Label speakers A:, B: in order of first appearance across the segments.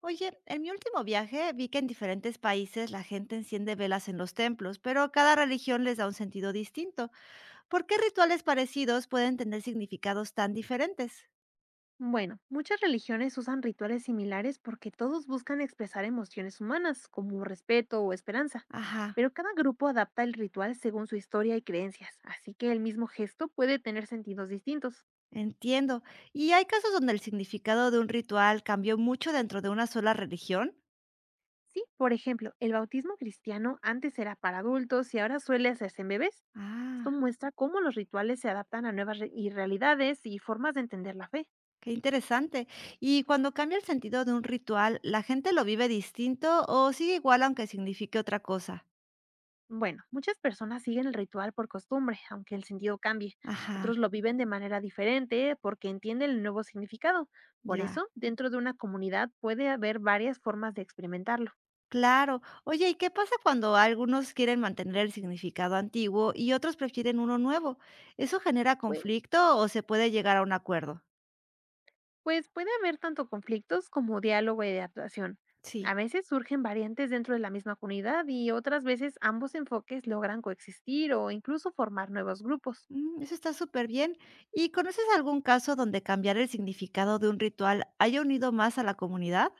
A: Oye, en mi último viaje vi que en diferentes países la gente enciende velas en los templos, pero cada religión les da un sentido distinto. ¿Por qué rituales parecidos pueden tener significados tan diferentes?
B: Bueno, muchas religiones usan rituales similares porque todos buscan expresar emociones humanas, como respeto o esperanza,
A: Ajá,
B: pero cada grupo adapta el ritual según su historia y creencias, así que el mismo gesto puede tener sentidos distintos.
A: entiendo. ¿Y hay casos donde el significado de un ritual cambió mucho dentro de una sola religión?
B: Sí, por ejemplo, el bautismo cristiano antes era para adultos y ahora suele hacerse en bebés.
A: Ah,
B: Esto muestra cómo los rituales se adaptan a nuevas re- y realidades y formas de entender la fe.
A: qué interesante. ¿Y cuando cambia el sentido de un ritual, la gente lo vive distinto o sigue igual aunque signifique otra cosa?
B: Bueno, muchas personas siguen el ritual por costumbre, aunque el sentido cambie.
A: Ajá,
B: Otros lo viven de manera diferente porque entienden el nuevo significado. Por
A: ya.
B: eso, dentro de una comunidad puede haber varias formas de experimentarlo.
A: Claro. Oye, ¿y qué pasa cuando algunos quieren mantener el significado antiguo y otros prefieren uno nuevo? ¿Eso genera
B: Pue-
A: conflicto o se puede llegar a un acuerdo?
B: Pues, puede haber tanto conflictos como diálogo y adaptación. A
A: Sí.
B: veces surgen variantes dentro de la misma comunidad y otras veces ambos enfoques logran coexistir o incluso formar nuevos grupos.
A: Mm, eso está súper bien. ¿Y conoces algún caso donde cambiar el significado de un ritual haya unido más a la comunidad?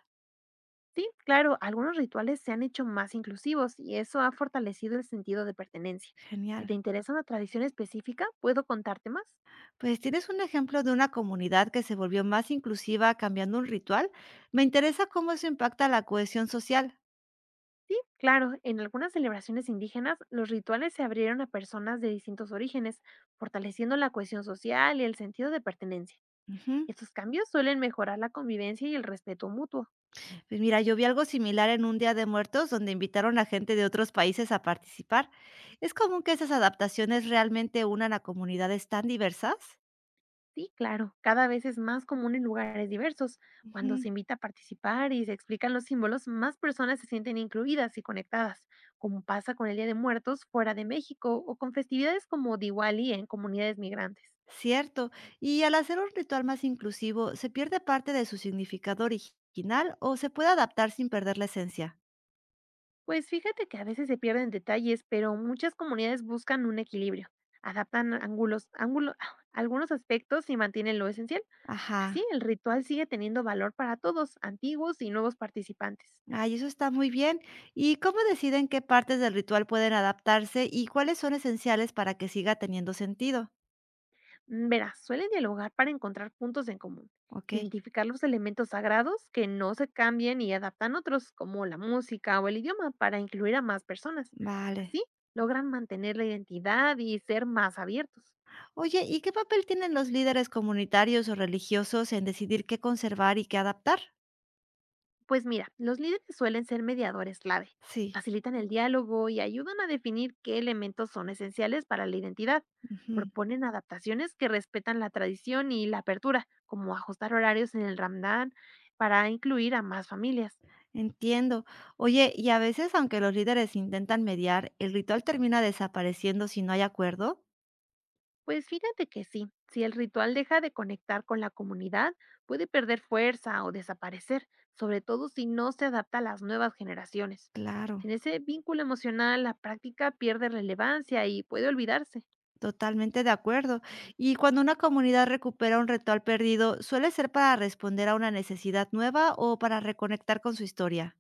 B: Sí, claro, algunos rituales se han hecho más inclusivos y eso ha fortalecido el sentido de pertenencia. Si
A: Genial.
B: te interesa una tradición específica, ¿puedo contarte más?
A: Pues tienes un ejemplo de una comunidad que se volvió más inclusiva cambiando un ritual. Me interesa cómo eso impacta la cohesión social.
B: Sí, claro, en algunas celebraciones indígenas los rituales se abrieron a personas de distintos orígenes, fortaleciendo la cohesión social y el sentido de pertenencia.
A: Ujú.
B: Estos cambios suelen mejorar la convivencia y el respeto mutuo.
A: Pues mira, yo vi algo similar en un Día de Muertos donde invitaron a gente de otros países a participar. ¿Es común que esas adaptaciones realmente unan a comunidades tan diversas?
B: Sí, claro, cada vez es más común en lugares diversos. Cuando
A: Ujú.
B: se invita a participar y se explican los símbolos, más personas se sienten incluidas y conectadas, como pasa con el Día de Muertos fuera de México o con festividades como Diwali en comunidades migrantes.
A: Cierto. ¿Y al hacer un ritual más inclusivo, se pierde parte de su significado original o se puede adaptar sin perder la esencia?
B: Pues fíjate que a veces se pierden detalles, pero muchas comunidades buscan un equilibrio, adaptan algunos aspectos y mantienen lo esencial. Así,
A: Ajá.
B: el ritual sigue teniendo valor para todos, antiguos y nuevos participantes.
A: Ay, eso está muy bien. ¿Y cómo deciden qué partes del ritual pueden adaptarse y cuáles son esenciales para que siga teniendo sentido?
B: Verás, suelen dialogar para encontrar puntos en común,
A: Ok,
B: identificar los elementos sagrados que no se cambian y adaptan otros, como la música o el idioma, para incluir a más personas.
A: vale.
B: Así logran mantener la identidad y ser más abiertos.
A: Oye, ¿y qué papel tienen los líderes comunitarios o religiosos en decidir qué conservar y qué adaptar?
B: Pues mira, los líderes suelen ser mediadores clave,
A: Sí,
B: facilitan el diálogo y ayudan a definir qué elementos son esenciales para la identidad.
A: ujú,
B: Proponen adaptaciones que respetan la tradición y la apertura, como ajustar horarios en el Ramadán para incluir a más familias.
A: entiendo. Oye, y a veces, aunque los líderes intentan mediar, el ritual termina desapareciendo si no hay acuerdo.
B: Pues fíjate que sí, si el ritual deja de conectar con la comunidad, puede perder fuerza o desaparecer, sobre todo si no se adapta a las nuevas generaciones.
A: Claro,
B: Sin ese vínculo emocional, la práctica pierde relevancia y puede olvidarse,
A: totalmente de acuerdo. Y cuando una comunidad recupera un ritual perdido, ¿suele ser para responder a una necesidad nueva o para reconectar con su historia?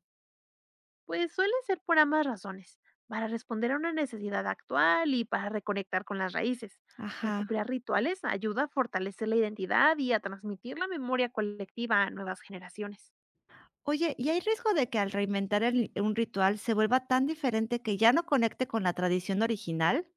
B: pues suele ser por ambas razones, para responder a una necesidad actual y para reconectar con las raíces.
A: Ajá.
B: Recuperar rituales ayuda a fortalecer la identidad y a transmitir la memoria colectiva a nuevas generaciones.
A: Oye, ¿y hay riesgo de que al reinventar un ritual se vuelva tan diferente que ya no conecte con la tradición original?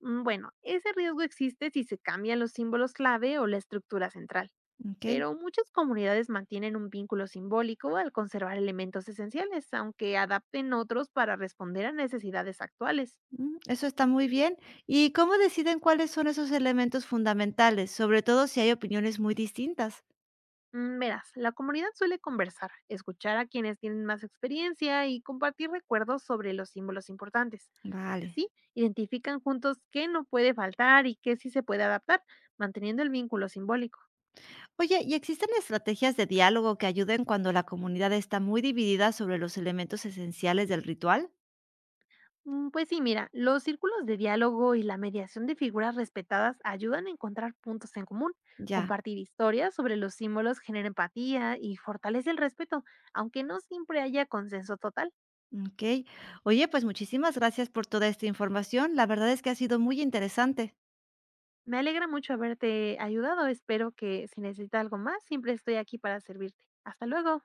B: Bueno, ese riesgo existe si se cambian los símbolos clave o la estructura central,
A: Ok,
B: pero muchas comunidades mantienen un vínculo simbólico al conservar elementos esenciales, aunque adapten otros para responder a necesidades actuales.
A: mm, eso está muy bien. ¿Y cómo deciden cuáles son esos elementos fundamentales, sobre todo si hay opiniones muy distintas?
B: Verás, la comunidad suele conversar, escuchar a quienes tienen más experiencia y compartir recuerdos sobre los símbolos importantes.
A: Vale.
B: Así, identifican juntos qué no puede faltar y qué sí se puede adaptar, manteniendo el vínculo simbólico.
A: Oye, ¿y existen estrategias de diálogo que ayuden cuando la comunidad está muy dividida sobre los elementos esenciales del ritual?
B: Pues sí, mira, los círculos de diálogo y la mediación de figuras respetadas ayudan a encontrar puntos en común.
A: Ya.
B: Compartir historias sobre los símbolos genera empatía y fortalece el respeto, aunque no siempre haya consenso total.
A: Ok. Oye, pues muchísimas gracias por toda esta información. La verdad es que ha sido muy interesante.
B: Me alegra mucho haberte ayudado, espero que si necesitas algo más, siempre estoy aquí para servirte. Hasta luego.